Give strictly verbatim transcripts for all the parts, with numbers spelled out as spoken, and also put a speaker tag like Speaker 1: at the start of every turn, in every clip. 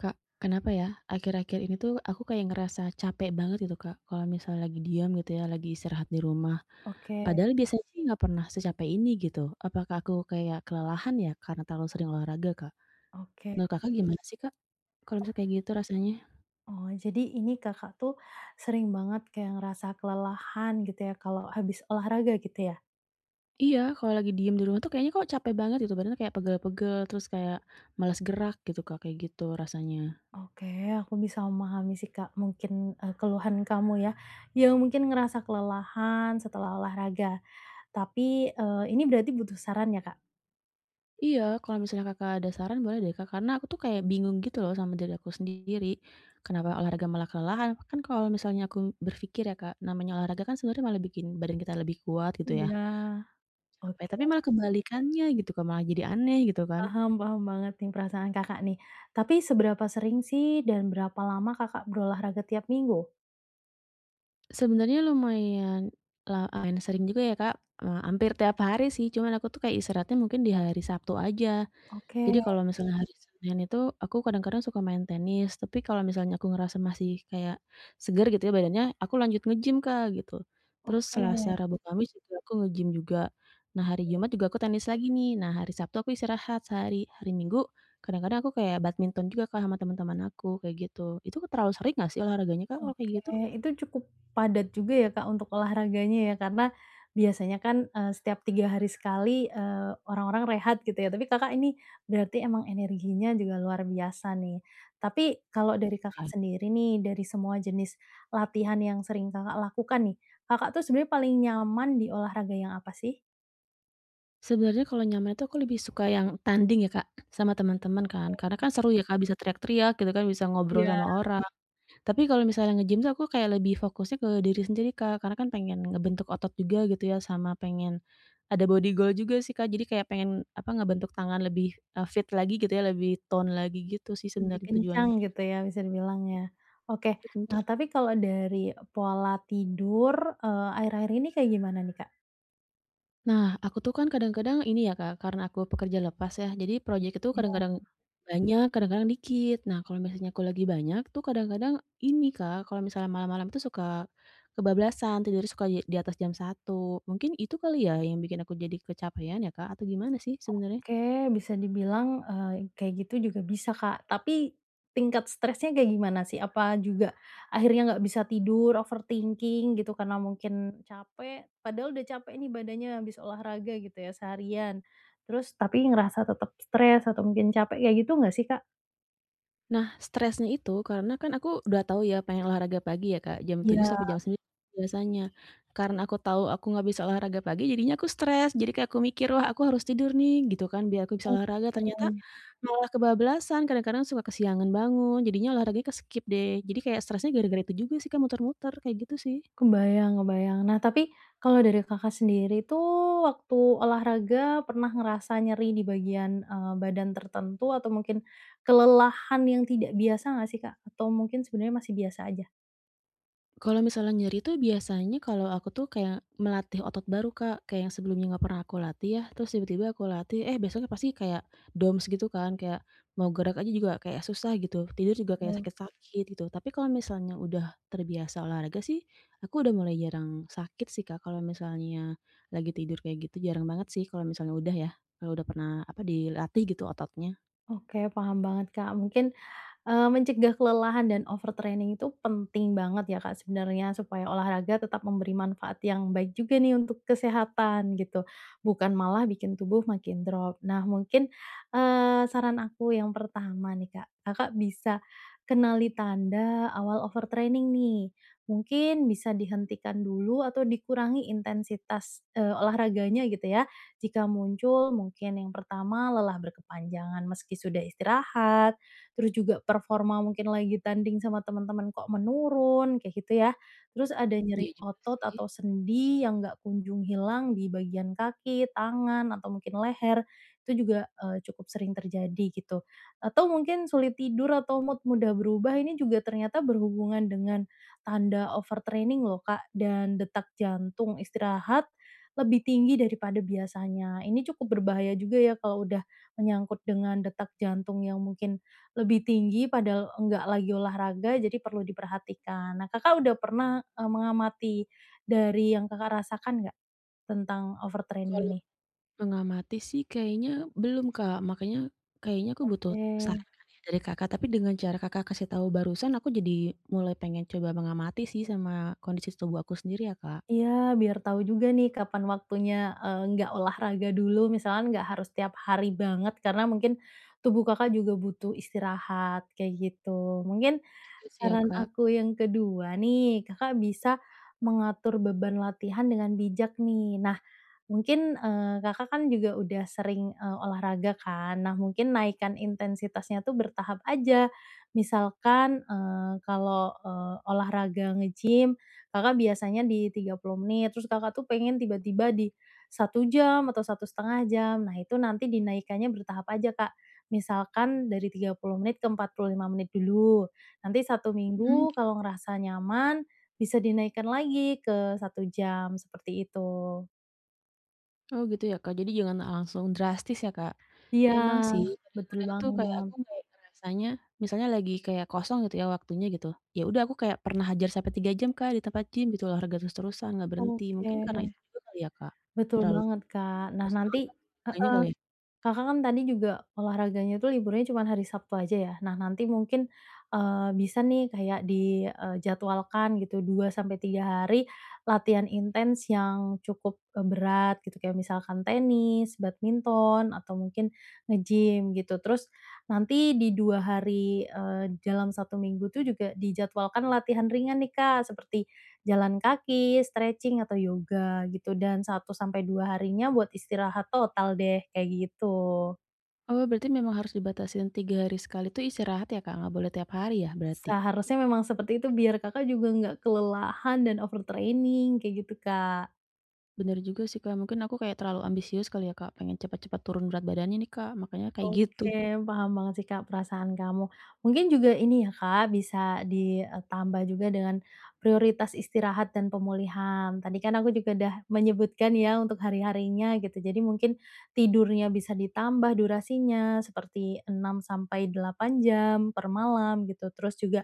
Speaker 1: Kak, kenapa ya, akhir-akhir ini tuh aku kayak ngerasa capek banget gitu, Kak, kalau misalnya lagi diam gitu ya, lagi istirahat di rumah.
Speaker 2: Oke,
Speaker 1: Padahal biasanya sih nggak pernah secapek ini gitu. Apakah aku kayak kelelahan ya karena terlalu sering olahraga, Kak?
Speaker 2: oke.
Speaker 1: Menurut Kakak gimana sih, Kak, kalau misalnya kayak gitu rasanya?
Speaker 2: Oh, jadi ini Kakak tuh sering banget kayak ngerasa kelelahan gitu ya kalau habis olahraga gitu ya?
Speaker 1: Iya, kalau lagi diem di rumah tuh kayaknya kok capek banget gitu, badannya kayak pegel-pegel, terus kayak malas gerak gitu, Kak, kayak gitu rasanya.
Speaker 2: Oke, aku bisa memahami sih Kak mungkin, eee, keluhan kamu ya, yang mungkin ngerasa kelelahan setelah olahraga. Tapi, eee, ini berarti butuh saran ya, Kak?
Speaker 1: Iya, kalau misalnya Kakak ada saran boleh deh Kak, karena aku tuh kayak bingung gitu loh sama diri aku sendiri, kenapa olahraga malah kelelahan. Kan kalau misalnya aku berpikir ya Kak, namanya olahraga kan sebenarnya malah bikin badan kita lebih kuat gitu ya,
Speaker 2: Iya.
Speaker 1: capek,
Speaker 2: Oke,
Speaker 1: tapi malah kebalikannya gitu Kak, malah jadi aneh gitu kan.
Speaker 2: paham, paham banget nih perasaan Kakak nih. Tapi seberapa sering sih dan berapa lama Kakak berolahraga tiap minggu?
Speaker 1: Sebenarnya lumayan la lumayan sering juga ya Kak, eee, hampir tiap hari sih, cuman aku tuh kayak istirahatnya mungkin di hari Sabtu aja.
Speaker 2: Oke,
Speaker 1: Jadi kalau misalnya hari Senin itu aku kadang-kadang suka main tenis, tapi kalau misalnya aku ngerasa masih kayak seger gitu ya badannya, aku lanjut nge-gym, Kak, gitu. Terus
Speaker 2: oke.
Speaker 1: Selasa, Rabu, Kamis juga aku nge-gym juga. Nah, hari Jumat juga aku tenis lagi nih. Nah, hari Sabtu aku istirahat sehari. Hari Minggu kadang-kadang aku kayak badminton juga, Kak, sama teman-teman aku, kayak gitu. Itu terlalu sering nggak sih olahraganya, Kak, kalau kayak gitu?
Speaker 2: Oke, itu cukup padat juga ya Kak untuk olahraganya ya, karena biasanya kan, eee, setiap tiga hari sekali, eee, orang-orang rehat gitu ya, tapi Kakak ini berarti emang energinya juga luar biasa nih. Tapi kalau dari
Speaker 1: Ya.
Speaker 2: Kakak sendiri nih, dari semua jenis latihan yang sering Kakak lakukan nih, Kakak tuh sebenarnya paling nyaman di olahraga yang apa sih?
Speaker 1: Sebenarnya kalau nyaman itu aku lebih suka yang tanding ya, Kak, sama teman-teman kan. Karena kan seru ya, Kak, bisa teriak-teriak gitu kan, bisa ngobrol
Speaker 2: Iya,
Speaker 1: sama orang. Tapi kalau misalnya nge-gym tuh aku kayak lebih fokusnya ke diri sendiri, Kak, karena kan pengen ngebentuk otot juga gitu ya, sama pengen ada body goal juga sih, Kak. Jadi kayak pengen, apa, ngebentuk tangan lebih, eee, fit lagi gitu ya, lebih tone lagi gitu sih
Speaker 2: lebih
Speaker 1: sebenarnya
Speaker 2: kencang
Speaker 1: tujuannya.
Speaker 2: gitu ya bisa dibilang ya. Oke, nah tapi kalau dari pola tidur, eee, akhir-akhir ini kayak gimana nih Kak?
Speaker 1: Nah, aku tuh kan kadang-kadang ini ya, Kak, karena aku pekerja lepas ya, jadi project itu kadang-kadang banyak, kadang-kadang dikit. Nah, kalau misalnya aku lagi banyak tuh kadang-kadang ini, Kak, kalau misalnya malam-malam itu suka kebablasan, tidur suka di di atas jam satu. Mungkin itu kali ya yang bikin aku jadi kecapean ya, Kak, atau gimana sih sebenarnya?
Speaker 2: Oke, bisa dibilang, eee, kayak gitu juga bisa, Kak. Tapi tingkat stresnya kayak gimana sih? Apa juga akhirnya nggak bisa tidur, overthinking gitu karena mungkin capek, padahal udah capek nih badannya habis olahraga gitu ya seharian, terus tapi ngerasa tetap stres atau mungkin capek kayak gitu nggak sih, Kak?
Speaker 1: Nah, stresnya itu karena kan aku udah tahu ya pengen olahraga pagi ya, Kak, jam tujuh
Speaker 2: Ya.
Speaker 1: sampai jam sembilan biasanya. Karena aku tahu aku nggak bisa olahraga pagi jadinya aku stres, jadi kayak aku mikir, "Wah, aku harus tidur nih," gitu kan, "biar aku bisa olahraga." Ternyata
Speaker 2: oke.
Speaker 1: malah kebablasan, kadang-kadang suka kesiangan bangun, jadinya olahraganya ke-skip deh. Jadi kayak stresnya gara-gara itu juga sih, Kak, muter-muter, kayak gitu sih.
Speaker 2: Kebayang, kebayang. Nah, tapi kalau dari Kakak sendiri tuh waktu olahraga pernah ngerasa nyeri di bagian, eee, badan tertentu atau mungkin kelelahan yang tidak biasa nggak sih, Kak? Atau mungkin sebenarnya masih biasa aja?
Speaker 1: Kalau misalnya nyeri tuh biasanya kalau aku tuh kayak melatih otot baru, Kak, kayak yang sebelumnya nggak pernah aku latih ya, terus tiba-tiba aku latih, eh, besoknya pasti kayak doms gitu kan, kayak mau gerak aja juga kayak susah gitu, tidur juga kayak
Speaker 2: Mmm.
Speaker 1: sakit-sakit gitu. Tapi kalau misalnya udah terbiasa olahraga sih, aku udah mulai jarang sakit sih, Kak, kalau misalnya lagi tidur kayak gitu, jarang banget sih kalau misalnya udah ya, kalau udah pernah, apa, dilatih gitu ototnya.
Speaker 2: Oke, paham banget, Kak. Mungkin, Eee, mencegah kelelahan dan overtraining itu penting banget ya, Kak, sebenarnya supaya olahraga tetap memberi manfaat yang baik juga nih untuk kesehatan gitu, bukan malah bikin tubuh makin drop. Nah, mungkin, eee, saran aku yang pertama nih, Kak, Kakak bisa kenali tanda awal overtraining nih. Mungkin bisa dihentikan dulu atau dikurangi intensitas, eee, olahraganya gitu ya, jika muncul mungkin yang pertama lelah berkepanjangan meski sudah istirahat, terus juga performa mungkin lagi tanding sama teman-teman kok menurun, kayak gitu ya. Terus ada nyeri
Speaker 1: Iya juga.
Speaker 2: otot atau sendi yang nggak kunjung hilang di bagian kaki, tangan, atau mungkin leher, itu juga, eee, cukup sering terjadi gitu. Atau mungkin sulit tidur atau mood mudah berubah ini juga ternyata berhubungan dengan tanda overtraining loh, Kak, dan detak jantung istirahat lebih tinggi daripada biasanya. Ini cukup berbahaya juga ya kalau udah menyangkut dengan detak jantung yang mungkin lebih tinggi padahal enggak lagi olahraga, jadi perlu diperhatikan. Nah, Kakak udah pernah, eee, mengamati dari yang Kakak rasakan nggak tentang overtraining ini?
Speaker 1: Mengamati sih kayaknya belum, Kak, makanya kayaknya aku butuh
Speaker 2: Oke.
Speaker 1: saran kan ya dari Kakak, tapi dengan cara Kakak kasih tahu barusan aku jadi mulai pengen coba mengamati sih sama kondisi tubuh aku sendiri ya, Kak.
Speaker 2: Iya, biar tahu juga nih kapan waktunya, eee, nggak olahraga dulu, misalkan nggak harus tiap hari banget karena mungkin tubuh Kakak juga butuh istirahat, kayak gitu. Mungkin
Speaker 1: Gitu sih ya,
Speaker 2: saran
Speaker 1: Kak.
Speaker 2: aku yang kedua nih, Kakak bisa mengatur beban latihan dengan bijak nih. Nah, Mungkin, eee, Kakak kan juga udah sering, eee, olahraga kan. Nah, mungkin naikkan intensitasnya tuh bertahap aja. Misalkan, eee, kalau, eee, olahraga nge-gym, Kakak biasanya di tiga puluh menit, terus Kakak tuh pengen tiba-tiba di satu jam atau satu setengah jam. Nah, itu nanti dinaikannya bertahap aja, Kak. Misalkan dari tiga puluh menit ke empat puluh lima menit dulu. Nanti satu
Speaker 1: Mmm,
Speaker 2: minggu kalau ngerasa nyaman, bisa dinaikkan lagi ke satu jam, seperti itu.
Speaker 1: oh gitu ya, Kak, jadi jangan langsung drastis ya, Kak.
Speaker 2: Iya,
Speaker 1: Emang sih
Speaker 2: betul
Speaker 1: kadang-kadang tuh kayak
Speaker 2: banget.
Speaker 1: aku kayak ngerasanya misalnya lagi kayak kosong gitu ya waktunya gitu, ya udah aku kayak pernah hajar sampai tiga jam, Kak, di tempat gym gitu olahraga terus-terusan nggak berhenti,
Speaker 2: Oke.
Speaker 1: mungkin karena itu juga kali ya, Kak?
Speaker 2: Betul
Speaker 1: Terlalu
Speaker 2: banget, Kak. Nah,
Speaker 1: terus
Speaker 2: nanti
Speaker 1: semangat olahraganya
Speaker 2: heeh,
Speaker 1: kali ya?
Speaker 2: Kakak kan tadi juga olahraganya tuh liburnya cuman hari Sabtu aja ya. Nah, nanti mungkin, eee, bisa nih kayak dijadwalkan gitu dua sampai tiga hari latihan intens yang cukup, eee, berat gitu, kayak misalkan tenis, badminton, atau mungkin nge-gym gitu. Terus nanti di dua hari, eee, dalam satu minggu tuh juga dijadwalkan latihan ringan nih, Kak, seperti jalan kaki, stretching, atau yoga gitu dan satu sampai dua harinya buat istirahat total deh, kayak gitu.
Speaker 1: Oh, berarti memang harus dibatasin tiga hari sekali tuh istirahat ya, Kak? Nggak boleh tiap hari ya berarti?
Speaker 2: Seharusnya memang seperti itu biar Kakak juga nggak kelelahan dan overtraining, kayak gitu, Kak.
Speaker 1: Bener juga sih, Kak, mungkin aku kayak terlalu ambisius kali ya, Kak, pengen cepat-cepat turun berat badannya nih, Kak, makanya kayak gitu.
Speaker 2: Oke, paham banget sih, Kak, perasaan kamu. Mungkin juga ini ya, Kak, bisa ditambah juga dengan prioritas istirahat dan pemulihan. Tadi kan aku juga udah menyebutkan ya untuk hari-harinya gitu. Jadi mungkin tidurnya bisa ditambah durasinya seperti enam sampai delapan jam per malam gitu. Terus juga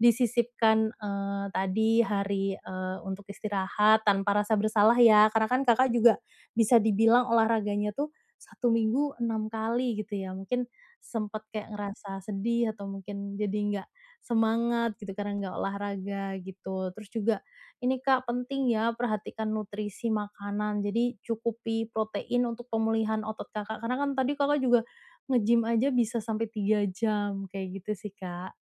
Speaker 2: disisipkan, eee, tadi hari, eee, untuk istirahat tanpa rasa bersalah ya, karena kan Kakak juga bisa dibilang olahraganya tuh satu minggu enam kali gitu ya, mungkin sempat kayak ngerasa sedih atau mungkin jadi nggak semangat gitu karena nggak olahraga gitu. Terus juga ini Kak, penting ya perhatikan nutrisi makanan, jadi cukupi protein untuk pemulihan otot Kakak, karena kan tadi Kakak juga nge-gym aja bisa sampai tiga jam, kayak gitu sih Kak.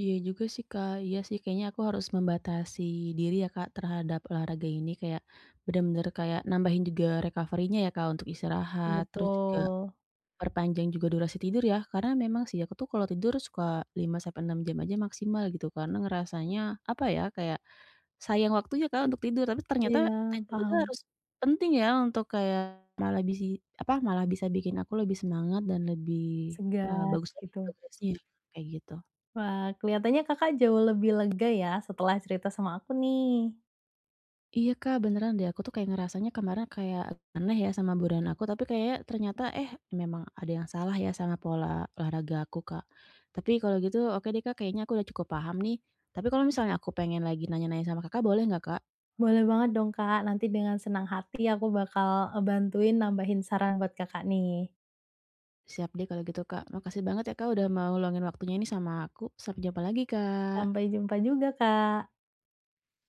Speaker 1: Iya juga sih, Kak, iya sih kayaknya aku harus membatasi diri ya, Kak, terhadap olahraga ini kayak bener-bener kayak nambahin juga recovery-nya ya, Kak, untuk istirahat, terus juga
Speaker 2: Betul.
Speaker 1: perpanjang juga durasi tidur ya, karena memang sih aku tuh kalau tidur suka lima sampai enam jam aja maksimal gitu, karena ngerasanya apa ya, kayak sayang waktunya Kak, untuk tidur, tapi ternyata
Speaker 2: Iya,
Speaker 1: tidur itu
Speaker 2: paham,
Speaker 1: harus penting ya untuk kayak malah bisi apa, malah bisa bikin aku lebih semangat dan lebih, eee,
Speaker 2: segar
Speaker 1: bagus lagi
Speaker 2: gitu.
Speaker 1: progresnya, kayak gitu.
Speaker 2: Wah, kelihatannya Kakak jauh lebih lega ya setelah cerita sama aku nih.
Speaker 1: Iya Kak, beneran deh, aku tuh kayak ngerasanya kemarin kayak aneh ya sama badan aku, tapi kayaknya ternyata, eh, memang ada yang salah ya sama pola olahraga aku Kak. Tapi kalau gitu oke deh Kak, kayaknya aku udah cukup paham nih, tapi kalau misalnya aku pengen lagi nanya-nanya sama Kakak boleh nggak Kak?
Speaker 2: Boleh banget dong, Kak, nanti dengan senang hati aku bakal, eee, bantuin nambahin saran buat Kakak nih.
Speaker 1: Siap deh kalau gitu Kak. Makasih banget ya Kak udah mau luangin waktunya ini sama aku. Sampai jumpa lagi Kak.
Speaker 2: Sampai jumpa juga, Kak.